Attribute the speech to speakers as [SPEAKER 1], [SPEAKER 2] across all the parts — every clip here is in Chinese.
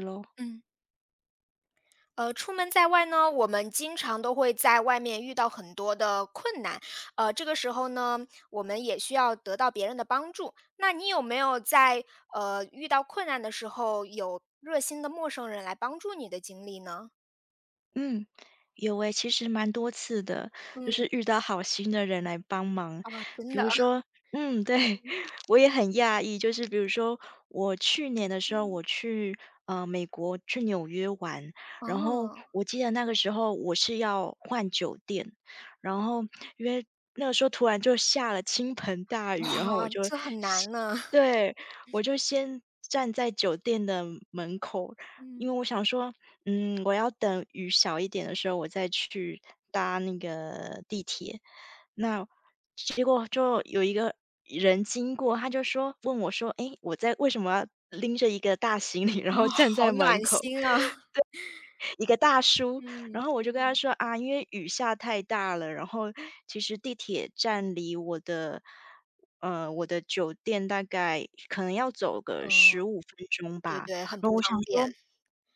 [SPEAKER 1] 喽。
[SPEAKER 2] 嗯，出门在外呢，我们经常都会在外面遇到很多的困难，这个时候呢，我们也需要得到别人的帮助。那你有没有在遇到困难的时候，有热心的陌生人来帮助你的经历呢？
[SPEAKER 1] 嗯，有诶，其实蛮多次的，就是
[SPEAKER 2] 嗯，
[SPEAKER 1] 遇到好心的人来帮忙。
[SPEAKER 2] 啊，真
[SPEAKER 1] 比
[SPEAKER 2] 的
[SPEAKER 1] 如
[SPEAKER 2] 啊
[SPEAKER 1] 说。对，我也很讶异，就是比如说我去年的时候，
[SPEAKER 2] 嗯，
[SPEAKER 1] 我去，美国去纽约玩，然后
[SPEAKER 2] 哦，
[SPEAKER 1] 我记得那个时候我是要换酒店，然后因为那个时候突然就下了倾盆大雨，然后我
[SPEAKER 2] 哇，
[SPEAKER 1] 就
[SPEAKER 2] 这很
[SPEAKER 1] 先
[SPEAKER 2] 难呢，
[SPEAKER 1] 对，我就先站在酒店的门口，因
[SPEAKER 2] 嗯
[SPEAKER 1] 为我想说我要等雨小一点的时候，我再去搭那个地铁。那结果就有一个人经过，他就问我说：“诶，我在为什么要拎着一个大行李，
[SPEAKER 2] 啊，
[SPEAKER 1] 然后站
[SPEAKER 2] 好
[SPEAKER 1] 在门
[SPEAKER 2] 暖
[SPEAKER 1] 口？"
[SPEAKER 2] 心啊，
[SPEAKER 1] 一个大叔，然
[SPEAKER 2] 嗯
[SPEAKER 1] 后我就跟他说："啊，因为雨下太大了，然后其实地铁站离我的酒店大概可能要走个
[SPEAKER 2] 嗯，
[SPEAKER 1] 15分钟
[SPEAKER 2] 对
[SPEAKER 1] 吧。"
[SPEAKER 2] 对，很
[SPEAKER 1] 然
[SPEAKER 2] 不
[SPEAKER 1] 后我想
[SPEAKER 2] 方
[SPEAKER 1] 说
[SPEAKER 2] 便，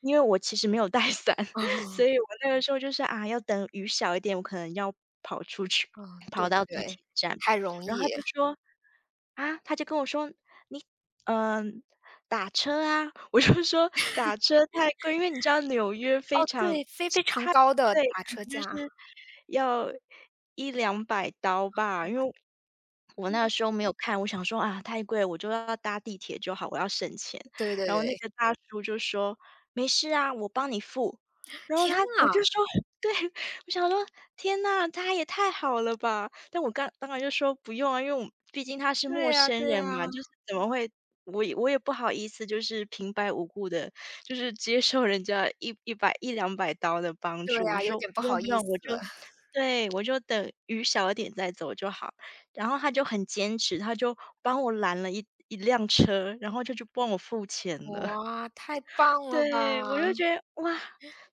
[SPEAKER 1] 因为我其实没有带伞，
[SPEAKER 2] 啊，
[SPEAKER 1] 所以我那个时候就是，啊，要等雨小一点，我可能要跑出去，
[SPEAKER 2] 嗯，
[SPEAKER 1] 跑
[SPEAKER 2] 对
[SPEAKER 1] 到地
[SPEAKER 2] 对，
[SPEAKER 1] 铁
[SPEAKER 2] 不
[SPEAKER 1] 站。
[SPEAKER 2] 太容
[SPEAKER 1] 然后他
[SPEAKER 2] 易。
[SPEAKER 1] 就说他就跟我说："你，嗯打车啊。我就说："打车太贵。"因为你知道纽约非
[SPEAKER 2] 哦，
[SPEAKER 1] 常
[SPEAKER 2] 对，非非常
[SPEAKER 1] 它
[SPEAKER 2] 高的
[SPEAKER 1] 对，
[SPEAKER 2] 打
[SPEAKER 1] 可
[SPEAKER 2] 车
[SPEAKER 1] 能就
[SPEAKER 2] 价，
[SPEAKER 1] 是要一两百刀吧。因为我那个时候没有看，我想说："啊，太贵，我就要搭地铁就好，我要省钱。"
[SPEAKER 2] 对对
[SPEAKER 1] 然后那
[SPEAKER 2] 对，
[SPEAKER 1] 个大叔就说："没事啊，我帮你付。"然后他
[SPEAKER 2] 天
[SPEAKER 1] 我
[SPEAKER 2] 啊，
[SPEAKER 1] 就说 对，我想说："天呐，他也太好了吧！"但我刚当然就说："不用啊，因为我毕竟他是陌
[SPEAKER 2] 对呀
[SPEAKER 1] 生
[SPEAKER 2] 对呀，
[SPEAKER 1] 人嘛，就是怎么会我也不好意思，就是平白无故的，就是接受人家一两百刀的帮
[SPEAKER 2] 对
[SPEAKER 1] 助。"我就
[SPEAKER 2] 呀，有
[SPEAKER 1] 说：
[SPEAKER 2] 点不
[SPEAKER 1] “不用
[SPEAKER 2] 好
[SPEAKER 1] 不
[SPEAKER 2] 意思。
[SPEAKER 1] 用，对，我就等雨小一点再走就好。"然后他就很坚持，他就帮我拦了一辆车，然后就去帮我付钱了。
[SPEAKER 2] 哇，太 棒了
[SPEAKER 1] 对，我
[SPEAKER 2] 吧，
[SPEAKER 1] 就觉得哇，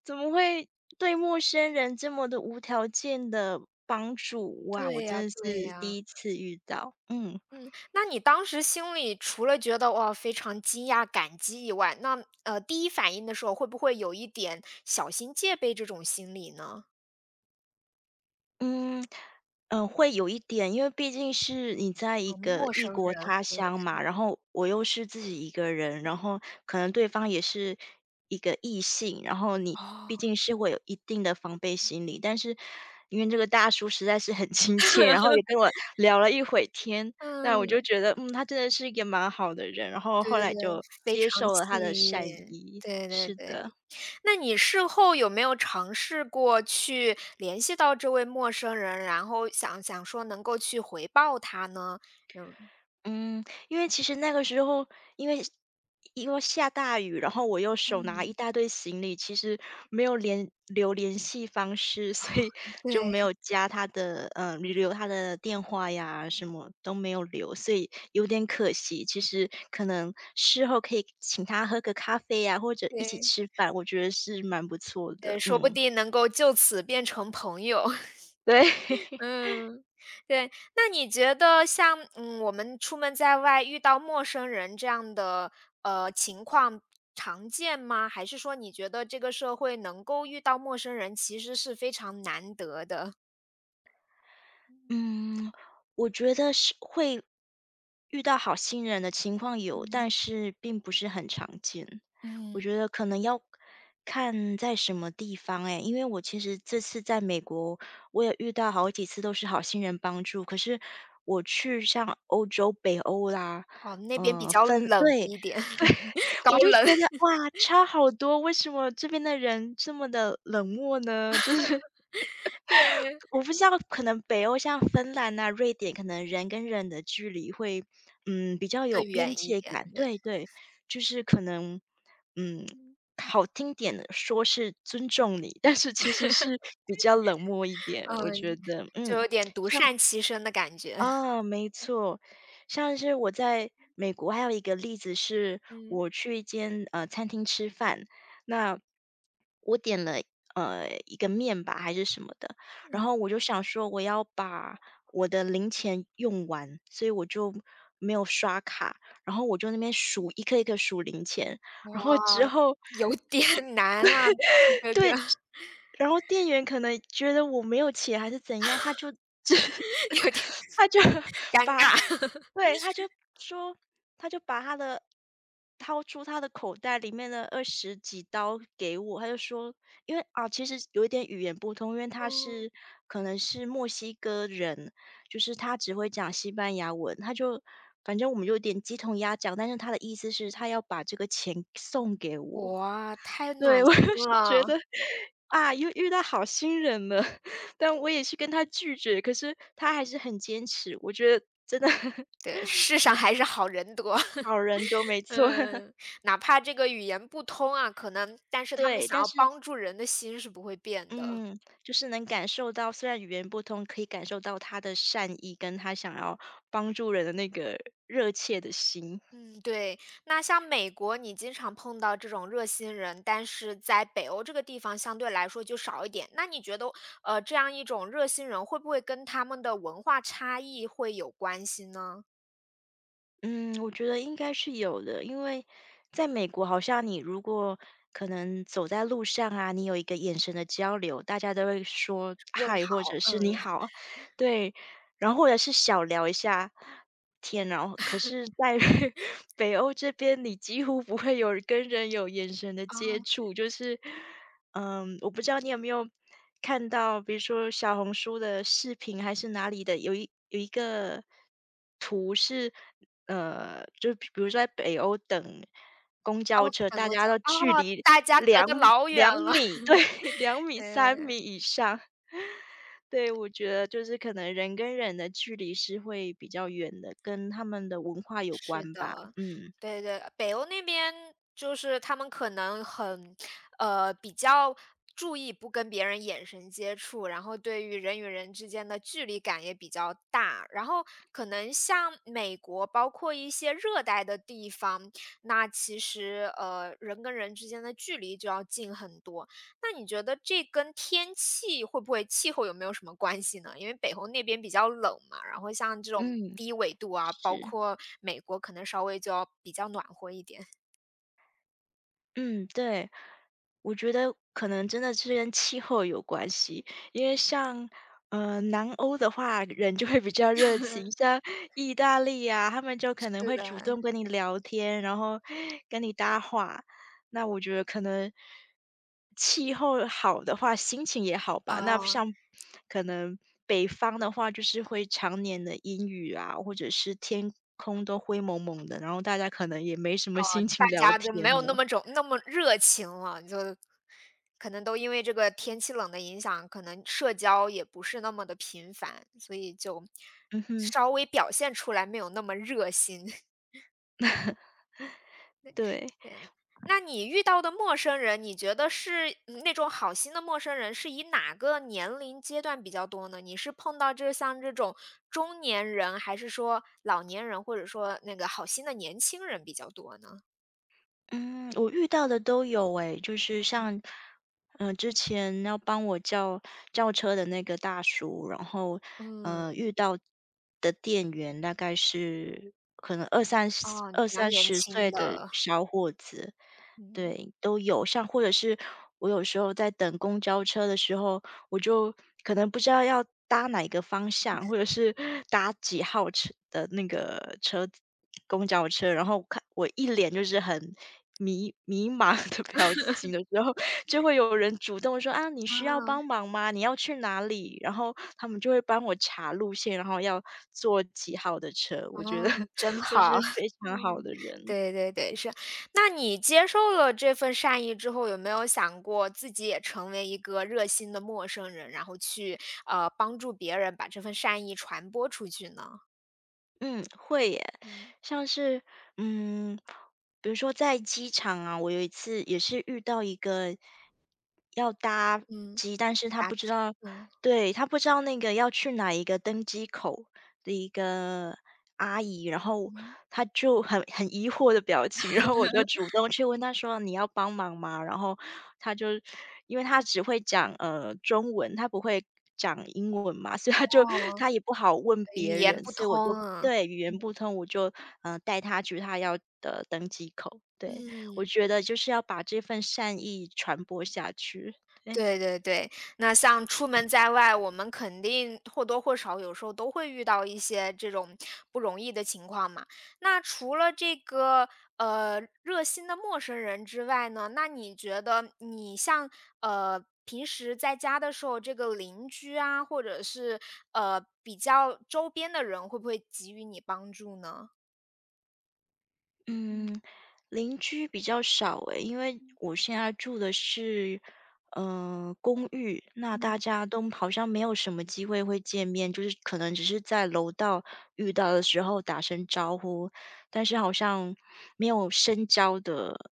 [SPEAKER 1] 怎么会对陌生人这么的无条件的帮助？哇，我
[SPEAKER 2] 对
[SPEAKER 1] 真
[SPEAKER 2] 呀
[SPEAKER 1] 的
[SPEAKER 2] 对
[SPEAKER 1] 是
[SPEAKER 2] 呀，
[SPEAKER 1] 第一次遇到，嗯。
[SPEAKER 2] 嗯，那你当时心里除了觉得，哇，非常惊讶、感激以外，那，第一反应的时候会不会有一点小心戒备这种心理呢？
[SPEAKER 1] 嗯，会有一点，因为毕竟是你在一
[SPEAKER 2] 啊，
[SPEAKER 1] 个
[SPEAKER 2] 陌
[SPEAKER 1] 异
[SPEAKER 2] 生
[SPEAKER 1] 国
[SPEAKER 2] 人，
[SPEAKER 1] 他
[SPEAKER 2] 对，
[SPEAKER 1] 乡嘛，然后我又是自己一个人，然后可能对方也是一个异性，然后你
[SPEAKER 2] 哦，
[SPEAKER 1] 毕竟是会有一定的防备心理。但是因为这个大叔实在是很 亲切，然后也 跟我聊了一会天，那我
[SPEAKER 2] 嗯，
[SPEAKER 1] 就觉得，他真的是一个蛮好的人，然后
[SPEAKER 2] 对
[SPEAKER 1] 后
[SPEAKER 2] 对
[SPEAKER 1] 来
[SPEAKER 2] 对，
[SPEAKER 1] 就
[SPEAKER 2] 非
[SPEAKER 1] 接
[SPEAKER 2] 常
[SPEAKER 1] 受了他
[SPEAKER 2] 幸
[SPEAKER 1] 的善
[SPEAKER 2] 运，
[SPEAKER 1] 意。
[SPEAKER 2] 对对
[SPEAKER 1] 是
[SPEAKER 2] 对。
[SPEAKER 1] 的。
[SPEAKER 2] 那你事后有没有尝试过去联系到这位陌生人，然后想想说能够去回报他呢？嗯。
[SPEAKER 1] 嗯，因为其实那个时候，因为因为下大雨，然后我又手拿一
[SPEAKER 2] 嗯，
[SPEAKER 1] 大堆行李，其实没有联系方式，所以就没
[SPEAKER 2] 对
[SPEAKER 1] 有加他的，留他的电话呀，什么都没有留，所以有点可惜。其实可能事后可以请他喝个咖啡呀，或者一起
[SPEAKER 2] 对。
[SPEAKER 1] 吃饭，我觉得是蛮不错的，
[SPEAKER 2] 对，说不
[SPEAKER 1] 嗯，
[SPEAKER 2] 定能够就此变成朋友。
[SPEAKER 1] 对。
[SPEAKER 2] 嗯，对。那你觉得像，嗯，我们出门在外遇到陌生人这样的，情况常见吗？还是说你觉得这个社会能够遇到陌生人，其实是非常难得的？
[SPEAKER 1] 嗯，我觉得是会遇到好心人的情况有，
[SPEAKER 2] 嗯，
[SPEAKER 1] 但是并不是很常见。我
[SPEAKER 2] 嗯。
[SPEAKER 1] 觉得可能要看在什么地方诶，因为我其实这次在美国，我也遇到好几次都是好心人帮助，可是我去像欧洲、北欧啦，
[SPEAKER 2] 哦，那边比
[SPEAKER 1] 嗯，
[SPEAKER 2] 较冷
[SPEAKER 1] 对，
[SPEAKER 2] 一点，
[SPEAKER 1] 对，
[SPEAKER 2] 高
[SPEAKER 1] 我就
[SPEAKER 2] 冷，
[SPEAKER 1] 觉得哇，差好多，为什么这边的人这么的冷漠呢？就是我 不知道，可能北欧像芬兰啊、瑞典，可能人跟人的距离会，比较有
[SPEAKER 2] 更
[SPEAKER 1] 边
[SPEAKER 2] 远一
[SPEAKER 1] 界
[SPEAKER 2] 点，
[SPEAKER 1] 感。
[SPEAKER 2] 对，
[SPEAKER 1] 对对，就是可能，嗯，好听点的说是尊重你，但是其实是比较冷漠一点，我觉
[SPEAKER 2] 嗯，
[SPEAKER 1] 得，
[SPEAKER 2] 就
[SPEAKER 1] 嗯。
[SPEAKER 2] 有点独善其身的感觉。
[SPEAKER 1] 哦，没错，像是我在美国还有一个例子是，
[SPEAKER 2] 嗯，
[SPEAKER 1] 我去一间餐厅吃饭，那我点了一个面吧还是什么的，然
[SPEAKER 2] 嗯，
[SPEAKER 1] 后我就想说我要把我的零钱用完，所以我就没有刷卡，然后我就那边数一颗一颗数零钱，
[SPEAKER 2] 哇，
[SPEAKER 1] 然后之后
[SPEAKER 2] 有点 难啊，哥哥，
[SPEAKER 1] 对，然后店员可能觉得我没有钱还是怎样，他就
[SPEAKER 2] 有 点
[SPEAKER 1] 他就
[SPEAKER 2] 尴
[SPEAKER 1] 把
[SPEAKER 2] 尬。
[SPEAKER 1] 对，他就说，他就把他的掏出他的口袋里面的二十几刀给我，他就说，因为啊，其实有一点语言不通，因为
[SPEAKER 2] 嗯，
[SPEAKER 1] 可能是墨西哥人，就是他只会讲西班牙文，反正我们有点鸡同鸭讲，但是他的意思是他要把这个钱送给我，
[SPEAKER 2] 哇，太
[SPEAKER 1] 对，
[SPEAKER 2] 暖
[SPEAKER 1] 我
[SPEAKER 2] 心
[SPEAKER 1] 就是觉
[SPEAKER 2] 了，
[SPEAKER 1] 得啊，又遇到好心人了，但我也是跟他拒绝，可是他还是很坚持，我觉得真的
[SPEAKER 2] 对，世上还是好人多。
[SPEAKER 1] 好人多，没 错。
[SPEAKER 2] 嗯，哪怕这个语言不通啊，可能但是他们
[SPEAKER 1] 对，
[SPEAKER 2] 想
[SPEAKER 1] 但
[SPEAKER 2] 要
[SPEAKER 1] 是
[SPEAKER 2] 帮助人的心是不会变的。
[SPEAKER 1] 嗯，就是能感受到，虽然语言不通，可以感受到他的善意，跟他想要帮助人的那个热切的心。
[SPEAKER 2] 嗯，对。那像美国，你经常碰到这种热心人，但是在北欧这个地方相对来说就少一点。那你觉得，这样一种热心人会不会跟他们的文化差异会有关系呢？
[SPEAKER 1] 嗯，我觉得应该是有的，因为在美国，好像你如果可能走在路上啊，你有一个眼神的交流，大家都会说
[SPEAKER 2] 问
[SPEAKER 1] “嗨"或
[SPEAKER 2] 好，
[SPEAKER 1] 者
[SPEAKER 2] 嗯。
[SPEAKER 1] 是"你好"，对，然后或者是小聊一下天，然后可是在 北欧这边，你几乎不会有跟人有眼神的
[SPEAKER 2] 啊，
[SPEAKER 1] 接触，就是我不知道你有没有看到，比如说小红书的视频还是哪里的，有一个图是。就比如说在北欧等公交
[SPEAKER 2] 哦，
[SPEAKER 1] 车，
[SPEAKER 2] 赶
[SPEAKER 1] 大
[SPEAKER 2] 过
[SPEAKER 1] 家
[SPEAKER 2] 讲
[SPEAKER 1] 都距
[SPEAKER 2] 啊，
[SPEAKER 1] 离
[SPEAKER 2] 大家隔
[SPEAKER 1] 两
[SPEAKER 2] 得老远
[SPEAKER 1] 两
[SPEAKER 2] 了，
[SPEAKER 1] 米，对 两米、
[SPEAKER 2] 嗯。
[SPEAKER 1] 3米以上。对，我觉得就是可能人跟人的距离是会比较远的，跟他们的文化有
[SPEAKER 2] 是
[SPEAKER 1] 关吧。
[SPEAKER 2] 的，
[SPEAKER 1] 嗯，
[SPEAKER 2] 对对，北欧那边就是他们可能很，比较注意不跟别人眼神接触，然后对于人与人之间的距离感也比较大。然后可能像美国，包括一些热带的地方，那其实，人跟人之间的距离就要近很多。那你觉得这跟天气会不会气候有没有什么关系呢？因为北欧那边比较冷嘛，然后像这种
[SPEAKER 1] 嗯。
[SPEAKER 2] 低纬度啊，包
[SPEAKER 1] 是，
[SPEAKER 2] 括美国可能稍微就要比较暖和一点。
[SPEAKER 1] 嗯，对。我觉得可能真的是跟气候有关系，因为像，南欧的话，人就会比较热情，像意大利啊，他们就可能
[SPEAKER 2] 是
[SPEAKER 1] 会主动
[SPEAKER 2] 的，
[SPEAKER 1] 跟你聊天，然后跟你搭话。那我觉得可能气候好的话，心情也好吧。那
[SPEAKER 2] 哦，
[SPEAKER 1] 像可能北方的话，就是会常年的阴雨啊，或者是天空都灰蒙蒙的，然后大家可能也没什么心
[SPEAKER 2] 大
[SPEAKER 1] 情聊
[SPEAKER 2] 家就
[SPEAKER 1] 天
[SPEAKER 2] 没有那
[SPEAKER 1] 了。
[SPEAKER 2] 么种那么热情了，就可能都因为这个天气冷的影响，可能社交也不是那么的频繁，所以就
[SPEAKER 1] 嗯哼，
[SPEAKER 2] 稍微表现出来没有那么热心。
[SPEAKER 1] 对。
[SPEAKER 2] 对，那你遇到的陌生人，你觉得是嗯那种好心的陌生人，是以哪个年龄阶段比较多呢？你是碰到这像这种中年人，还是说老年人，或者说那个好心的年轻人比较多呢？
[SPEAKER 1] 嗯，我遇到的都有诶，就是像，之前要帮我叫车的那个大叔，然后，
[SPEAKER 2] 嗯，
[SPEAKER 1] 遇到的店员大概是可能
[SPEAKER 2] 哦，
[SPEAKER 1] 二
[SPEAKER 2] 比较
[SPEAKER 1] 三
[SPEAKER 2] 年
[SPEAKER 1] 十
[SPEAKER 2] 轻
[SPEAKER 1] 岁的
[SPEAKER 2] 的，
[SPEAKER 1] 小伙子，
[SPEAKER 2] 嗯
[SPEAKER 1] 对，都有。像或者是我有时候在等公交车的时候，我就可能不知道要搭哪一个方向，或者是 搭几号车的那个公交车，然后我看我一脸就是很迷茫的表情的时候，就会有人主动说："啊，你
[SPEAKER 2] 啊。
[SPEAKER 1] 需要帮忙吗？你要去哪里？"然后他们就会帮我查路线，然后要坐几号的车，
[SPEAKER 2] 哦，
[SPEAKER 1] 我觉得
[SPEAKER 2] 真
[SPEAKER 1] 都
[SPEAKER 2] 好。
[SPEAKER 1] 是非 常好
[SPEAKER 2] 嗯，
[SPEAKER 1] 的人。
[SPEAKER 2] 对对对，是。那你接受了这份善意之后，有没有想过自己也成为一个热心的陌生人，然后去，帮助别人把这份善意传播出去呢？
[SPEAKER 1] 嗯，会耶。
[SPEAKER 2] 嗯，
[SPEAKER 1] 像是，嗯，比如说在机场啊，我有一次也是遇到一个要搭
[SPEAKER 2] 嗯，
[SPEAKER 1] 机，但是他
[SPEAKER 2] 啊，
[SPEAKER 1] 不知道，
[SPEAKER 2] 嗯，
[SPEAKER 1] 对，他不知道那个要去哪一个登机口的一个阿姨，然后
[SPEAKER 2] 嗯，
[SPEAKER 1] 她就很疑惑的表情，然后我就主动去问她说："你要帮忙吗？"然后她就因为她只会讲，中文，她不会讲英文嘛，所以
[SPEAKER 2] 哦，
[SPEAKER 1] 她也不好问
[SPEAKER 2] 语
[SPEAKER 1] 别
[SPEAKER 2] 言
[SPEAKER 1] 人，
[SPEAKER 2] 不
[SPEAKER 1] 所以我
[SPEAKER 2] 通
[SPEAKER 1] 就
[SPEAKER 2] 啊，
[SPEAKER 1] 对，语言不通，我就，带她去她要的登机口，对。我
[SPEAKER 2] 嗯。
[SPEAKER 1] 觉得就是要把这份善意传播下去，对。
[SPEAKER 2] 对对对，那像出门在外，我们肯定或多或少有时候都会遇到一些这种不容易的情况嘛。那除了这个热心的陌生人之外呢，那你觉得你像平时在家的时候，这个邻居啊，或者是比较周边的人，会不会给予你帮助呢？
[SPEAKER 1] 嗯，
[SPEAKER 2] 嗯
[SPEAKER 1] 邻居比较少诶，因为我现在住的是，公寓，那
[SPEAKER 2] 嗯
[SPEAKER 1] 大家都好像没有什么机会会见面，就是可能只是在楼道遇到的时候打声招呼，但是好像没有深交的，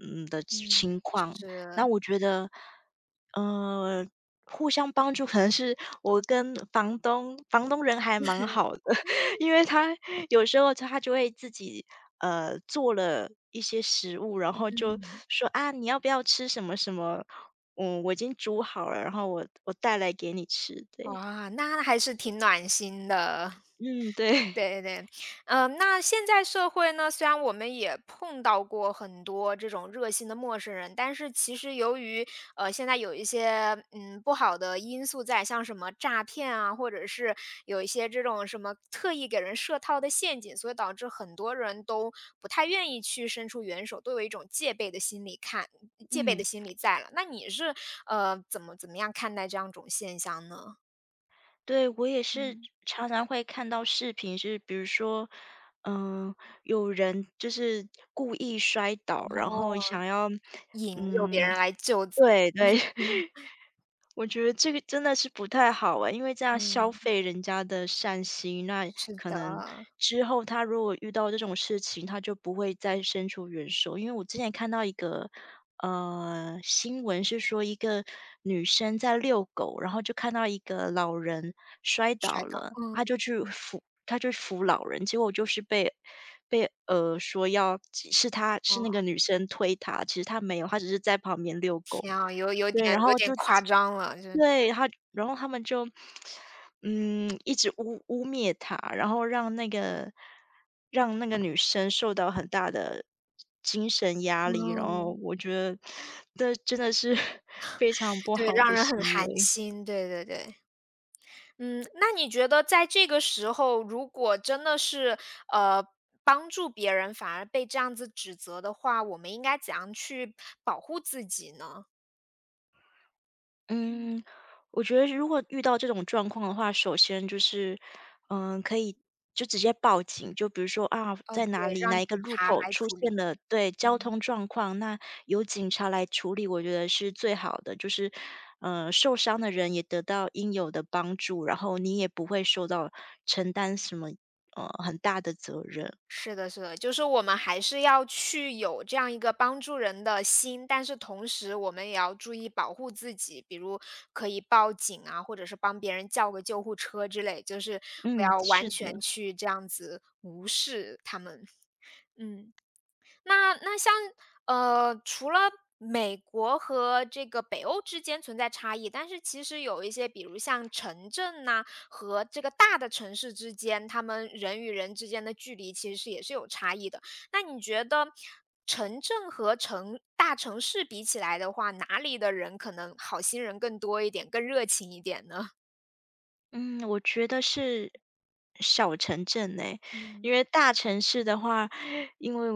[SPEAKER 1] 的
[SPEAKER 2] 嗯
[SPEAKER 1] 情况。
[SPEAKER 2] 是，
[SPEAKER 1] 那我觉得，呃，互相帮助可能是我跟房东，房东人还蛮好的。因为他有时候他就会自己做了一些食物，然后就
[SPEAKER 2] 嗯。
[SPEAKER 1] 说啊，你要不要吃什么什么？嗯，我已经煮好了，然后我带来给你吃。对，
[SPEAKER 2] 哇，那还是挺暖心的。
[SPEAKER 1] 嗯，对。
[SPEAKER 2] 对对对，嗯，那现在社会呢，虽然我们也碰到过很多这种热心的陌生人，但是其实由于现在有一些嗯不好的因素在，像什么诈骗啊，或者是有一些这种什么特意给人设套的陷阱，所以导致很多人都不太愿意去伸出援手，都有一种戒备的心理看戒备的
[SPEAKER 1] 嗯
[SPEAKER 2] 心理在了。那你是怎么怎么样看待这样一种现象呢？
[SPEAKER 1] 对，我也是
[SPEAKER 2] 嗯。
[SPEAKER 1] 常常会看到视频，是比如说，嗯、有人就是故意摔倒，然后
[SPEAKER 2] 哦，
[SPEAKER 1] 想要，
[SPEAKER 2] 引诱别
[SPEAKER 1] 嗯，
[SPEAKER 2] 人来救 自己。
[SPEAKER 1] 对对，我觉得这个真的是不太好哎，因为这样消
[SPEAKER 2] 嗯，
[SPEAKER 1] 费人家的善心，那
[SPEAKER 2] 是
[SPEAKER 1] 可
[SPEAKER 2] 的，
[SPEAKER 1] 能之后他如果遇到这种事情，他就不会再伸出援手。因为我之前看到一个新闻是说，一个女生在遛狗，然后就看到一个老人摔倒
[SPEAKER 2] 摔倒，
[SPEAKER 1] 了，她
[SPEAKER 2] 嗯，
[SPEAKER 1] 就去扶，她就扶老人，结果就是被说要是她是
[SPEAKER 2] 哦，
[SPEAKER 1] 那个女生推她，其实她没有，她只是在旁边遛狗。
[SPEAKER 2] 天啊，有有
[SPEAKER 1] 对，
[SPEAKER 2] 点
[SPEAKER 1] 然
[SPEAKER 2] 有
[SPEAKER 1] 后
[SPEAKER 2] 点
[SPEAKER 1] 就
[SPEAKER 2] 夸张了，这
[SPEAKER 1] 对，然后他们就，一直污蔑他，然后让那个女生受到很大的精神压力，然后
[SPEAKER 2] 嗯，
[SPEAKER 1] 我觉得这真的是 非常不
[SPEAKER 2] 对，
[SPEAKER 1] 好
[SPEAKER 2] 让
[SPEAKER 1] 的
[SPEAKER 2] 人很
[SPEAKER 1] 行
[SPEAKER 2] 寒
[SPEAKER 1] 为。
[SPEAKER 2] 心，对对对。嗯，那你觉得在这个时候，如果真的是，呃，帮助别人，反而被这样子指责的话，我们应该怎样去保护自己呢？
[SPEAKER 1] 嗯，我觉得如果遇到这种状况的话，首先就是，可以就直接报警。就比如说啊，在
[SPEAKER 2] 对，
[SPEAKER 1] 哪里
[SPEAKER 2] 让
[SPEAKER 1] 哪
[SPEAKER 2] 警
[SPEAKER 1] 一个路
[SPEAKER 2] 察
[SPEAKER 1] 口
[SPEAKER 2] 来
[SPEAKER 1] 出
[SPEAKER 2] 处
[SPEAKER 1] 现
[SPEAKER 2] 理。
[SPEAKER 1] 了对交通状况，那由警察来处理，我觉得是最好的。就是，受伤的人也得到应有的帮助，然后你也不会受到承担什么很大的责任。
[SPEAKER 2] 是的，是的，就是我们还是要去有这样一个帮助人的心，但是同时我们也要注意保护自己，比如可以报警啊，或者是帮别人叫个救护车之类，就是不
[SPEAKER 1] 嗯，
[SPEAKER 2] 要完
[SPEAKER 1] 是
[SPEAKER 2] 全
[SPEAKER 1] 的。
[SPEAKER 2] 去这样子无视他们。嗯。那那像除了美国和这个北欧之间存在差异，但是其实有一些，比如像城镇呐、和这个大的城市之间，他们人与人之间的距离其实是也是有差异的。那你觉得城镇和城大城市比起来的话，哪里的人可能好心人更多一点，更热情一点呢？
[SPEAKER 1] 嗯，我觉得是小城镇诶，因
[SPEAKER 2] 嗯。
[SPEAKER 1] 为大城市的话，因为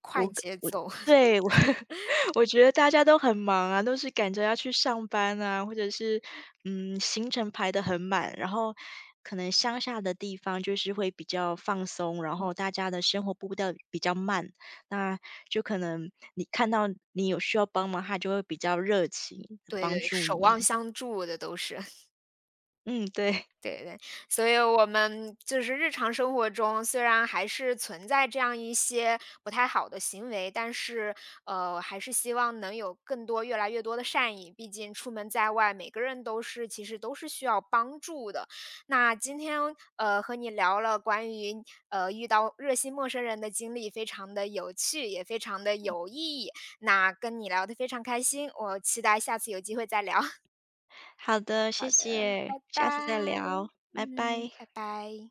[SPEAKER 2] 快
[SPEAKER 1] 我
[SPEAKER 2] 节奏，
[SPEAKER 1] 对，我 我觉得大家都很忙啊，都是赶着要去上班啊，或者是，行程排得很满，然后可能乡下的地方就是会比较放松，然后大家的生活步调比较慢，那就可能你看到你有需要帮忙，他就会比较热情地
[SPEAKER 2] 对
[SPEAKER 1] 帮
[SPEAKER 2] 对，
[SPEAKER 1] 助
[SPEAKER 2] 守
[SPEAKER 1] 你。
[SPEAKER 2] 望相助的都是。
[SPEAKER 1] 嗯，对。
[SPEAKER 2] 对对，所以我们就是日常生活中，虽然还是存在这样一些不太好的行为，但是还是希望能有更多、越来越多的善意。毕竟出门在外，每个人都是其实都是需要帮助的。那今天和你聊了关于遇到热心陌生人的经历，非常的有趣，也非常的有意义。那跟你聊得非常开心，我期待下次有机会再聊。
[SPEAKER 1] 好的，
[SPEAKER 2] 好
[SPEAKER 1] 谢
[SPEAKER 2] 的，
[SPEAKER 1] 谢，
[SPEAKER 2] 拜，
[SPEAKER 1] 下次再聊，拜拜。
[SPEAKER 2] 嗯，拜拜。